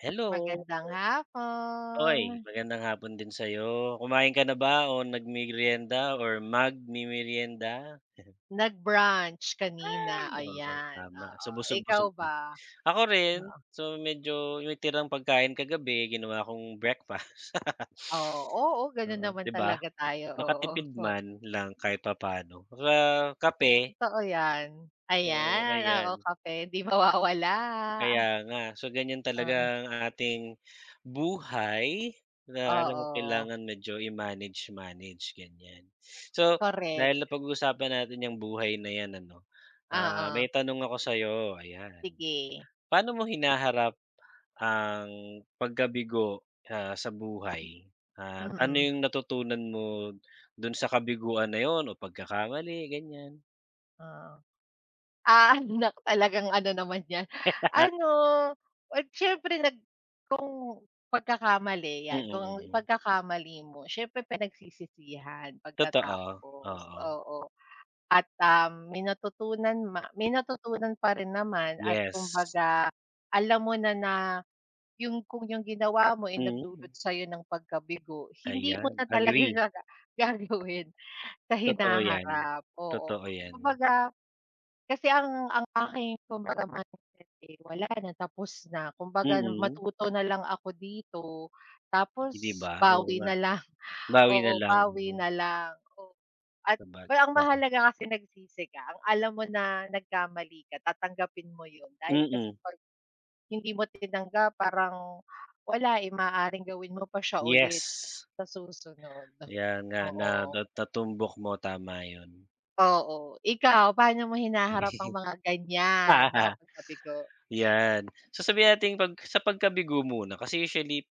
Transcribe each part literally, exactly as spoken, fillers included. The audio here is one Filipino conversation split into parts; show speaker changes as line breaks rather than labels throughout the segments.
Hello.
Magandang hapon.
Hoy, magandang hapon din sa'yo. Kumain ka na ba o nagmemeryenda or magmemeryenda?
Nag-brunch kanina,
Ay, oo,
ayan,
tama.
oo.
So,
Ikaw
busog-busog na.
ba?
Ako rin. So, medyo may tirang pagkain kagabi, ginawa kong breakfast.
Oo, oo, gano'n
Oo,
naman
'di ba?
talaga tayo, oo.
Nakatipid
Oh,
man lang kahit papaano. Saka kape,
totoo 'yan.
so
Ayan,
ayan.
oo, kape hindi mawawala.
Kaya nga. So, ganyan talaga
Oo,
ang ating buhay na alam mo
oo,
kailangan medyo i-manage-manage, ganyan. So,
correct.
dahil napag-usapan natin 'yang buhay na 'yan ano, ah,
Oo,
may tanong ako sa'yo, ayan.
sige.
Paano mo hinaharap ang pagkabigo, ah, sa buhay at ano
Mm,
'yung natutunan mo do'n sa kabiguan na 'yun o pagkakamali, ganyan?
oo. Ah, nak talagang ano naman 'yan, ano, at siyempre nag kung pagkakamali
Mm,
'yan,
mm.
kung
Mm.
pagkakamali mo siyempre pinagsisisihan
Totoo,
pagkatapos,
oo.
oo. At, um, may natutunan ma may natutunan pa rin naman at
Yes.
kumbaga alam mo na na yung kung yung ginawa mo, eh, nagdulot
Mm.
sa'yo ng pagkabigo, hindi mo
Ayan,
na talaga
agree.
siya ga gagawin. Sa
Totoo 'yan,
hinaharap, oo.
totoo 'yan.
Kumbaga, kasi ang ang aking kumbaga mindset, eh, wala na, tapos na. Kumbaga
Mm,
matuto na lang ako dito,
Eh, 'di
tapos
ba? Oo
bawi
nga,
na lang,
bawi na
oo,
lang ano,
bawi na lang, oo. At
sabag
pero ang
oo.
mahalaga kasi nagsisi ka, ang alam mo na nagkamali ka, tatanggapin mo 'yun. Dahil kasi
Mm,
'pag hindi mo tinanggap parang wala, eh, maaaring gawin mo pa siya ulit
yes,
sa susunod,
'yan nga na
oo.
na natumbok mo, tama 'yun.
Oo, ikaw paano mo hinaharap ang mga ganyan, mga pagkabigo?
'Yan, so sabihin nating pag sa pagkabigo muna kasi usually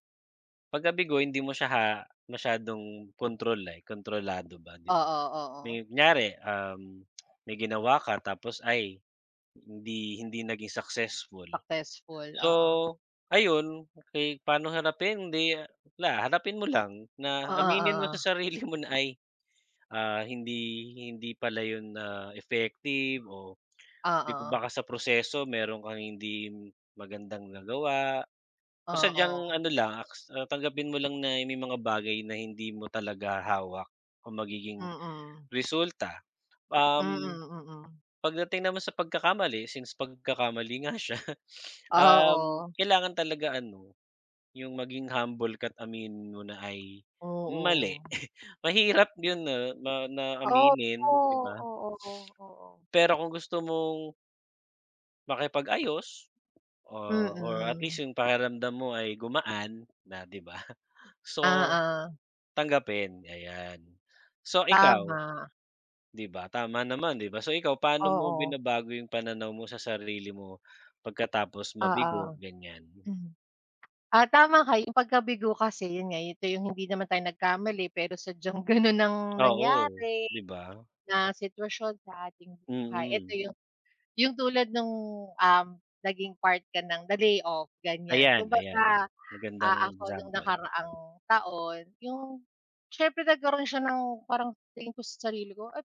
pagkabigo hindi mo siya ha masyadong kontrol, eh, kontrolado ba, 'di ba?
Oo, oo,
May kunyari, um, may ginawa ka tapos ay hindi hindi naging successful.
successful,
So,
oo.
ayun, kay paano harapin hindi wala, harapin mo lang na aminin mo
Oo,
sa sarili mo na ay, ah, hindi hindi pala yun na effective o di ko
oo,
baka sa proseso meron kang hindi magandang nagawa o
oo,
sadyang
oo,
ano lang, aks ah, tanggapin mo lang na may mga bagay na hindi mo talaga hawak ang magiging
mm,
resulta.
mm,
Um,
mm.
pagdating naman sa pagkakamali, since pagkakamali nga siya, um,
Oo,
kailangan talaga ano, yung maging humble ka't aminin mo na ay mali.
oo.
Mahirap yun na na na aminin, 'di
Oo,
ba?
oo, oo.
Pero kung gusto mong makipag-ayos, ah, or at least
Mm,
yung pakiramdam mo ay gumaan na, 'di ba? So,
oo,
tanggapin, ayan. So, ikaw,
tama,
'di ba, tama naman, 'di ba? So, ikaw paano mo
oo,
binabago yung pananaw mo sa sarili mo pagkatapos
oo.
mabigo, ganyan?
Hmm, ah, tama ka yung pagkabigo kasi yun nga ito yung hindi naman tayo nagkamali pero sadyang ganun ang
Oo,
nangyari.
'di ba?
Na sitwasyon sa ating buhay. Ito
Mm.
yung yung tulad nung, um, naging part ka ng the layoff, ganyan.
Ayan, ayan, yan.
Kumbaga,
Magandang
ah, ako nung
example.
nakaraang taon, yung siyempre nagkaroon siya ng parang tingin ko sa sarili ko, "At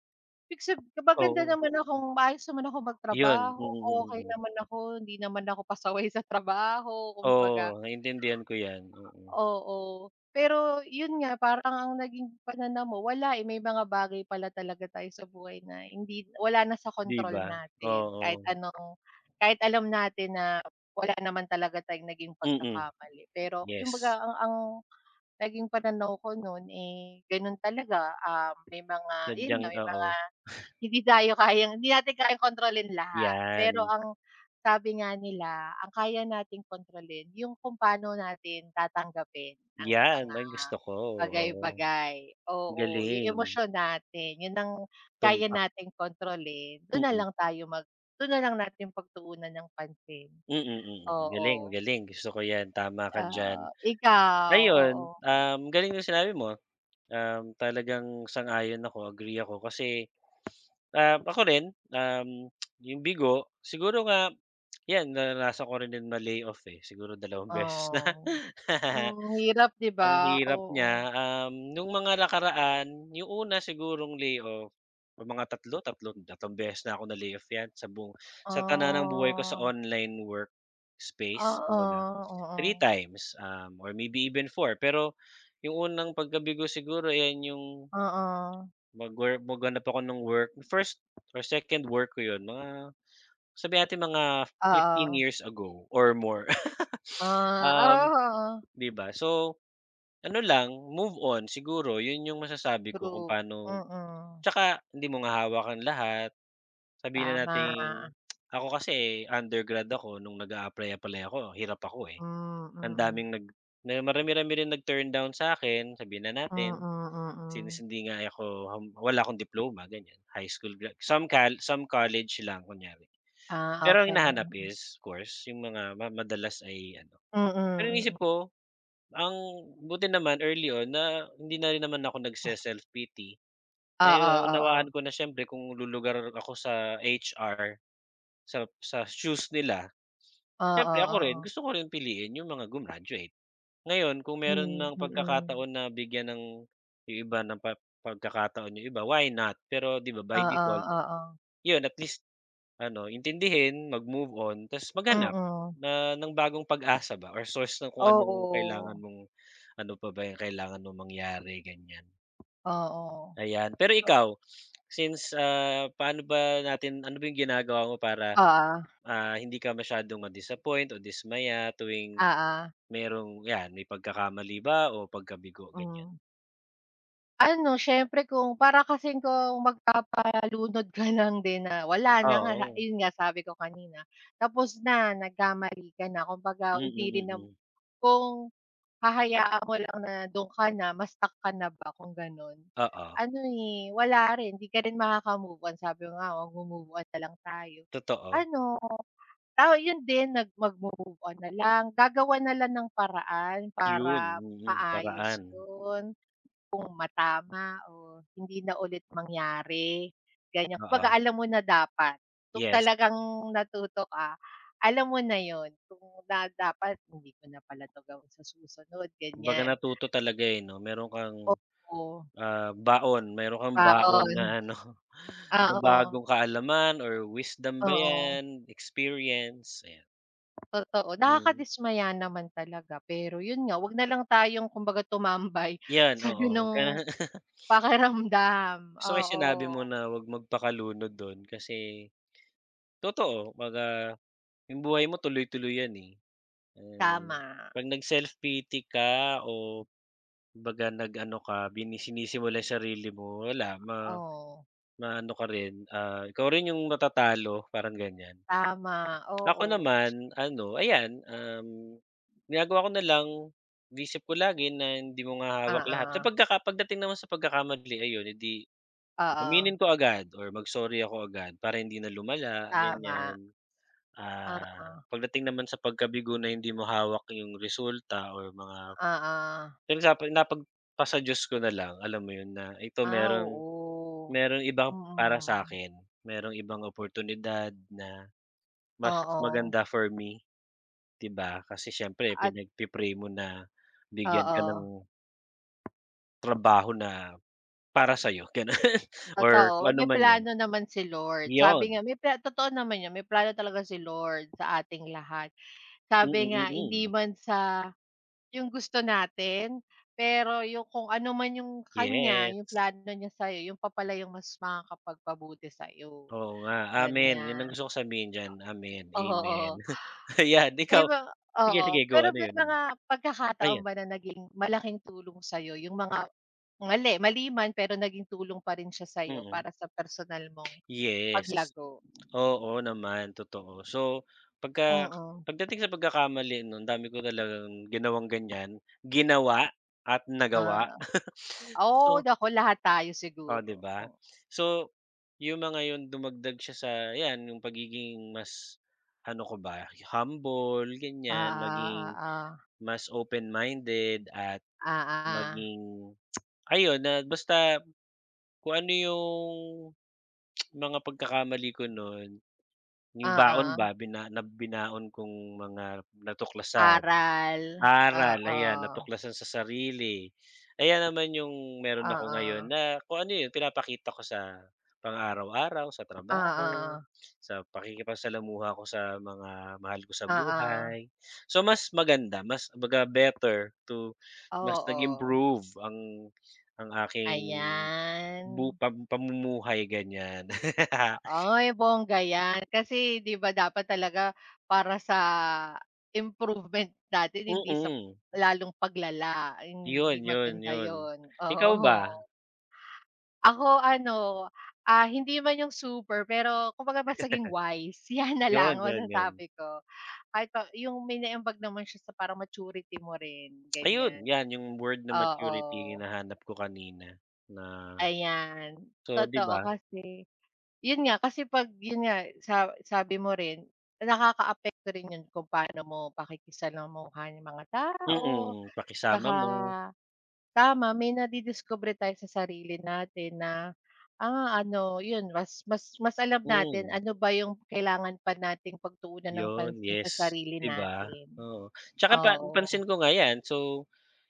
ibig sab maganda
Oo,
naman akong maayos naman akong
yun.
magtrabaho,
Mm, mm. Mm,
okey
mm.
naman ako, hindi naman ako pasaway sa trabaho."
Oo,
Kumbaga
naintindihan ko yan, oo.
oo. Pero yun nga, parang ang naging pananaw mo wala, eh, may mga bagay pala talaga tayo sa buhay na hindi wala na sa
'Di
kontrol
ba?
natin. Kahit
Oo.
anong kahit alam natin na wala naman talaga tayong naging
Mm,
pagkakamali. Pero
yes.
kumbaga ang ang naging pananaw ko nun, eh, ganun talaga, ah, may mga yun
Sadyang
nga, may
oo,
mga hindi tayo kayang hindi natin kayang kontrolin lahat. Pero
yan.
ang sabi nga nila, ang kaya nating kontrolin yung kung paano natin tatanggapin ang
Yan
mga
ang gusto ko, oo.
bagay-bagay. Oo, yung
Galing,
emosyon natin, yun ang kaya
tumpak.
nating kontrolin. Dun
Mm,
na
mm,
lang tayo mag dun na lang natin pagtuunan ng pansin.
mm. Mm, mm.
Oo,
Galing,
oo.
galing gusto ko yan, tama ka diyan.
Ikaw? Oo.
Ayun, um, galing yung sinabi mo, um, talagang sang-ayon ako, agree ako kasi, um, ako rin, um, yung bigo siguro nga 'yan, naranasan ko rin din ma-layoff, eh, siguro dalawang beses na.
Oh. Hmm, hirap 'di ba?
Ang hirap
Oo.
niya, um, nung mga nakaraan, yung una sigurong layoff, o mga tatlo tatlo tatlong beses na ako na-layoff 'yan sa buong sa tananang buhay ko sa
Oh.
online work space
Oo,
kumbaga, three
oo.
times, um, or maybe even four. Pero yung unang pagkabigo siguro, ayan yung
Oo,
mag-work maghanap ako ng work, first or second work ko 'yun, mga sabihin natin mga fifteen
oo.
years ago or more.
Ah,
Um,
oo, oo,
'di ba? So, ano lang, move on siguro, 'yun yung masasabi ko kung
true.
paano
Mm,
tsaka hindi mo nga hawak lahat. Sabihin na
tama.
nating ako kasi undergrad ako nung nag-a-apply-apply ako, hirap ako, eh.
Hmm,
Ang
mm.
daming nag na marami-rami rin nag-turn down sa akin sabihin na
Mm,
natin since
mm.
hindi nga ako hum wala akong diploma, ganiyan, high school gra some col some college lang kunyari.
Ah,
Pero ang
okey.
hinahanap is of course, yung mga ma madalas ay ano
Mm,
pero iniisip
mm.
ko ang buti naman early on na hindi na rin naman ako nagse-self pity.
Oo,
Naunawaan
oo.
ko na siyempre kung lulugar ako sa H R, sa sa shoes nila,
Oo,
siyempre ako rin
oo.
gusto ko rin piliin yung mga gumraduate. Ngayon kung meron
Hmm,
ng
mm.
pagkakataon na bigyan ng yung iba ng pa pagkakataon yung iba, why not? Pero 'di ba by
Oo,
default,
oo.
yun at least ano intindihin, mag-move on, ta's maghanap
Mm.
na ng bagong pag-asa ba or source ng kung anong kailangan
Oo.
mong ano pa ba yung kailangan mong mangyari ganyan,
Oo.
ayan. Pero
Oo.
ikaw, since, ah, paano ba natin ano ba yung ginagawa mo para,
Oo.
ah, hindi ka masyadong ma-disappoint o dismaya tuwing
Oo.
merong 'yan may pagkakamali ba o pagkabigo ganyan?
Hmm. Ano, siyempre kung para kasing kung magpapalunod ka lang din na wala na nga, sa-
Oo,
yun nga sabi ko kanina, tapos na, nagkamali ka na kumbaga
mm,
hindi rin
mm.
nam
Mm.
kung hahayaan mo lang na dun ka na, ma-stuck ka na ba kung ganun,
Oo,
ano, eh, wala rin, hindi ka rin makaka-move-on, sabi ko nga, wag mo-move on na lang tayo.
totoo.
Ano, tao yun din nag magmo-move on na lang, gagawan na lang ng paraan
'Yun,
para
mm, mm,
maayos
paraan,
yun. Kung matama o hindi na ulit mangyari, ganyan. Kumbaga
oo.
alam mo na dapat, kung
Yes,
talagang natuto ka, alam mo na yun kung na dapat hindi ko na pala 'to gawin sa susunod,
kumbaga
ganyan.
natuto talaga, eh, 'no meron kang
Oo,
ah, baon, meron kang baon
baon.
na ano, na
Oo,
bagong kaalaman or wisdom ba
oo,
'yan, experience, ayan.
totoo.
Mm,
Nakakadismaya naman talaga pero yun nga, 'wag na lang tayong kumbaga tumambay
'yan,
sa
oo, huwag ka na.
gano'ng pakiramdam.
Gusto ko 'yung
Oo,
sinabi mo na wag magpakalunod do'n kasi totoo, 'baga 'yung buhay mo tuloy-tuloy 'yan, eh. Ah,
tama.
'pag nag-self-pity ka o kumbaga nag-ano ka, bini sinisimulan 'yung sarili mo, wala ma
Oo,
maano ka rin, ah, ikaw rin 'yung matatalo, parang ganiyan.
tama,
Ako
oo.
naman ano, ayan, um, ginagawa ko na lang, iniisip ko lagi na hindi mo nga hawak lahat
Oo,
kapagka ka pagdating naman sa pagkakamali ayun, hindi di
oo,
aminin ko agad or mag-sorry ako agad para hindi na lumala,
tama,
ganyan.
oo,
Ah, pagdating naman sa pagkabigo na hindi mo hawak yung resulta or mga
oo.
pinagsabi napagpasa Diyos ko na lang, alam mo yun na ito
Ah,
merong
oo.
merong ibang para sa
Mm,
akin merong ibang oportunidad na mas
oo,
maganda for me. 'Di ba? Kasi siyempre
at
pinagpi-pray mo na bigyan ka ng
oo,
trabaho na para sa'yo, gano'n or
totoo.
kung ano
May
man 'yan.
plano naman si Lord. Sabi nga
'Yon,
may pla totoo naman 'yun, may plano talaga si Lord sa ating lahat.
mm,
Sabi nga hindi
mm.
man sa 'yung gusto natin, pero 'yung kung ano man 'yung kanya, 'yung
Yes,
plano niya sa'yo, 'yun pa pala 'yung mas makakapagpabuti sa'yo,
oo nga, amen. 'Yun ang
ganiyan.
gusto kong sabihin diyan, amen, amen.
Oo.
Ayan,
May
ikaw?
mga
Sige,
oo,
sige, go,
pero
ano
may
'yun, ano?
mga pagkakataon
Ayan,
ba na naging malaking tulong sa'yo yung mga mali mali man pero naging tulong pa rin siya sa'yo
mm.
para sa personal mong
Yes,
paglago?
oo naman, totoo. So, pagka
Mm.
pagdating sa pagkakamali nun, ang dami ko talagang ginawang ganiyan, ginawa at nagawa.
Ah, oo,
So
naku lahat tayo
oh,
siguro,
'di ba?
oo.
So, yung mga yun dumagdag siya sa 'yan, yung pagiging mas ano ko ba, humble,
Ah
ganyan,
ah ah
maging
ah.
mas open-minded at
Ah, ah.
maging ayun na basta kung ano yung mga pagkakamali ko nun, yung baon ba
Oo.
bina na binaon kong mga natuklasan.
Aral,
Aral, ayan,
oo,
natuklasan sa sarili. Ayan naman yung meron ako ngayon
oo,
na kung ano yun, pinapakita ko sa pang-araw-araw, sa trabaho,
oo,
sa pakikipagsalamuha ko sa mga mahal ko sa
oo.
buhay. So, mas maganda, mas kumbaga better to mas
Oo,
nag-improve ang ang aking bu
ayan.
pam pamumuhay, ganyan.
Oo, yung bongga yan. Kasi 'di ba dapat talaga para sa improvement natin hindi sa
Mm.
lalong paglala, hindi
Yun, yun,
maganda
yun.
yon
Ikaw ba?
oo. Ako ano, ah, hindi man yung super pero kumbaga basta naging wise, yan na
Yun,
lang
yun, yun.
masasabi ko. Kahit pa yung may naiambag naman siya sa parang maturity mo rin,
Ayun,
ganyan.
'yan yung word na maturity yung
Oo,
hinahanap ko kanina na
ayan,
so 'di
totoo
ba
kasi. Yun nga, kasi 'pag yun nga sa sabi mo rin, nakakaapekto rin yun kung paano mo pakikisalamuha yung mga tao,
mm, pakisama
tsaka
mo,
tama may nadidiskubre tayo sa sarili natin na, ah, ano yun mas mas mas alam natin
hmm,
ano ba yung kailangan pa nating pagtuunan ng
'yun,
pansin sa
yes,
sarili
'di ba?
natin.
Oo, 'tsaka pa
Oo.
pansin ko nga 'yan, so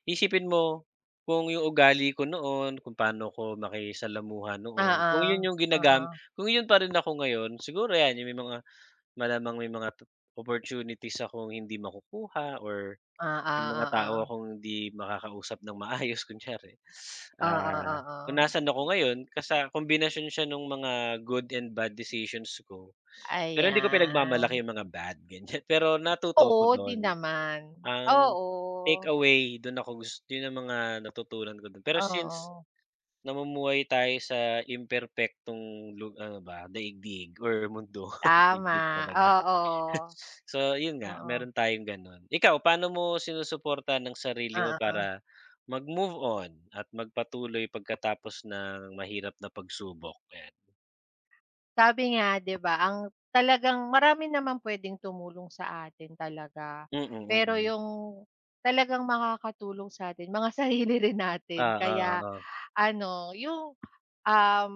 isipin mo kung yung ugali ko noon, kung paano ko makisalamuha noon, kung 'yun
Oo,
yung ginagam
oo.
kung 'yun pa rin ako ngayon siguro 'yan yung may mga malamang may mga t- opportunities akong hindi makukuha or
Oo,
yung mga tao
oo.
akong hindi makakausap ng maayos kunyari,
Oo,
ah, kung
oo.
nasaan ako ngayon kasa kombinasyon siya nung mga good and bad decisions ko. Pero hindi ko pinagmamalaki
Ayan.
yung mga bad ganyan, pero natuto ako
Oo, 'di
dun.
naman.
Ang
Oo.
take away dun ako gus yun ang mga natutunan ko dun. Pero since
Oo,
namumuhay tayo sa imperpektong lu ano ba, daigdig or mundo,
tama,
daigdig talaga.
oo.
So, yun nga,
Oo,
meron tayong gano'n. Ikaw, paano mo sinusuporta ng sarili mo para
oo.
mag-move on at magpatuloy pagkatapos ng mahirap na pagsubok? Ayan.
Sabi nga 'di ba ang talagang marami naman puwedeng tumulong sa atin talaga,
Mm,
pero
mm.
yung talagang makakatulong sa'tin mga sarili rin natin
ah ah ah.
kaya
Ah.
ano yung, um,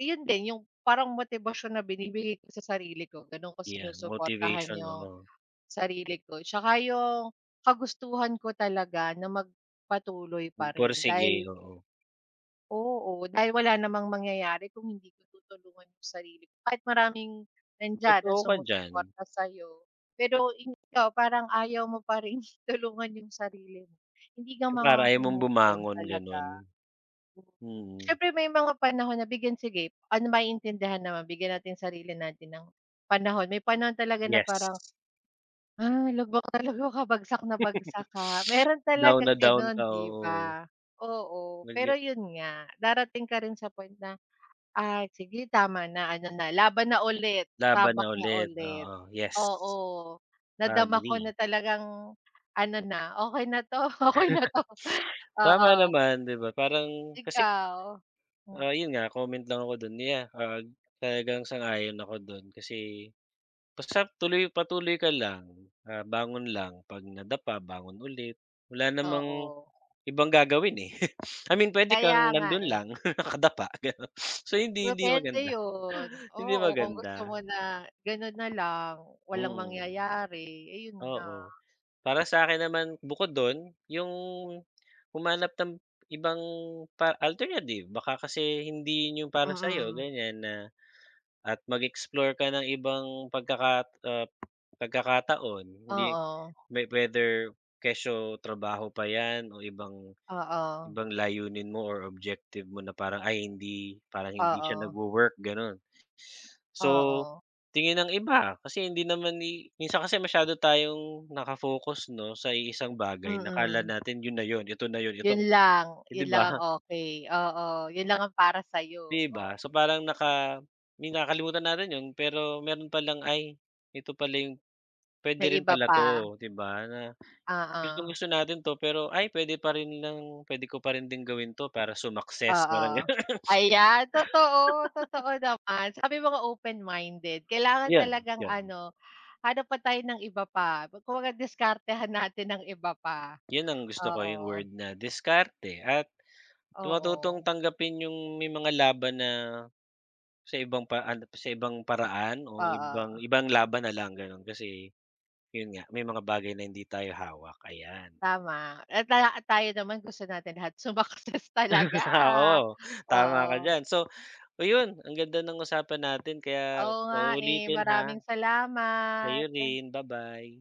yun din yung parang motibasyon na binibigay ko sa sarili ko ganun ko
'Yan,
sinusuportahan
motivation,
yung
oo.
sarili ko, 'tsaka yung kagustuhan ko talaga na magpatuloy pa rin
Magpursige,
dahil
oo.
oo, dahil wala namang mangyayari kung hindi ko tutulungan yung sarili ko kahit maraming nandiyan na
Totoo ka diyan.
sumusuporta sa'yo, pero ikaw parang ayaw mo pa rin tulungan yung sarili mo, hindi ka
Para ayaw mong
makaka-move on
bumangon, gano'n.
talaga.
Mm,
Siyempre may mga panahon na bigyan sige, ano maiintindihan naman bigyan natin sarili natin ng panahon, may panahon talaga na
yes.
parang ah, lubak na lubak ka, bagsak na bagsak ka. Meron
Down
talagang
na down
gano'n,
ka,
'di
oo.
ba? Oo, pero
Nag
'yun nga, darating ka rin sa point na, "Ay sige tama na, ano na, laban na ulit,
laban na
tabak na
ulit,
ulit."
oo, yes.
Oo, nadama ko
Agree.
na talagang ano na, "Okey na 'to, okey na 'to."
Tama
Oo,
naman, 'di ba? Parang kasi,
ikaw? Hmm,
ah, 'yun nga comment lang ako do'n, yeah, ah, talagang sang-ayon ako do'n kasi basta tuloy patuloy ka lang, ah, bangon lang, 'pag nadapa bangon ulit. Wala namang
oo,
ibang gagawin, eh. I mean puwede kang
kaya nga,
nando'n
eh.
lang nakadapa gano'n. So hindi hindi
Depende
maganda,
yun,
hindi
oo, kung gusto
maganda,
mo na ganun na lang, walang
mm,
mangyayari, ayun nga.
oo. Para sa akin naman bukod don, yung humanap ng ibang pa alternative baka kasi hindi yun yung para sa'yo
Mm,
ganyan na at mag-explore ka ng ibang pagkakat ah, pagkakataon hindi
oo,
may whether kesyo trabaho pa yan o ibang
oo,
ibang layunin mo or objective mo na parang, ay hindi parang hindi siya
oo,
nagwo-work gano'n. So,
oo,
tingin ng iba kasi hindi naman ni minsan kasi masyado tayong naka-focus 'no, sa iisang bagay na
mm.
natin yun na yun, ito na yun,
Yun
ito
lang,
eh, di
yun lang
ba?
ang okey, oo, yun lang ang para sa'yo,
Di ba?
oo.
So, parang naka may nakakalimutan natin yun pero meron palang, ay ito pala yung puwede
May
rin
iba
pala
pa,
'to, di ba? Na
oo,
gustong-gusto natin 'to pero, ay puwede pa rin lang puwede ko pa rin din gawin 'to para sumakses
oo.
parang gano'n,
Ayan, totoo, totoo naman. Sabi mo nga open-minded, kailangan
yun,
talagang ano, hanap pa tayo ng iba pa, kumbaga diskartehan natin ng iba pa.
yun ang gusto ko, yung
Oo,
word na diskarte at matutong
oo,
tanggapin yung may mga laban na sa ibang pa ano, sa ibang paraan o ibang
oo,
ibang laban na lang gano'n. Kasi yun nga, may mga bagay na hindi tayo hawak, ayan.
tama. At ta tayo naman gusto natin lahat sumakses talaga,
Oo, tama ka
oo.
diyan. So, ayun ang ganda ng usapan natin kaya
Oo
sa
nga, eh,
uulitin ha,
maraming
sa'yo
salamat.
rin, ba-bye.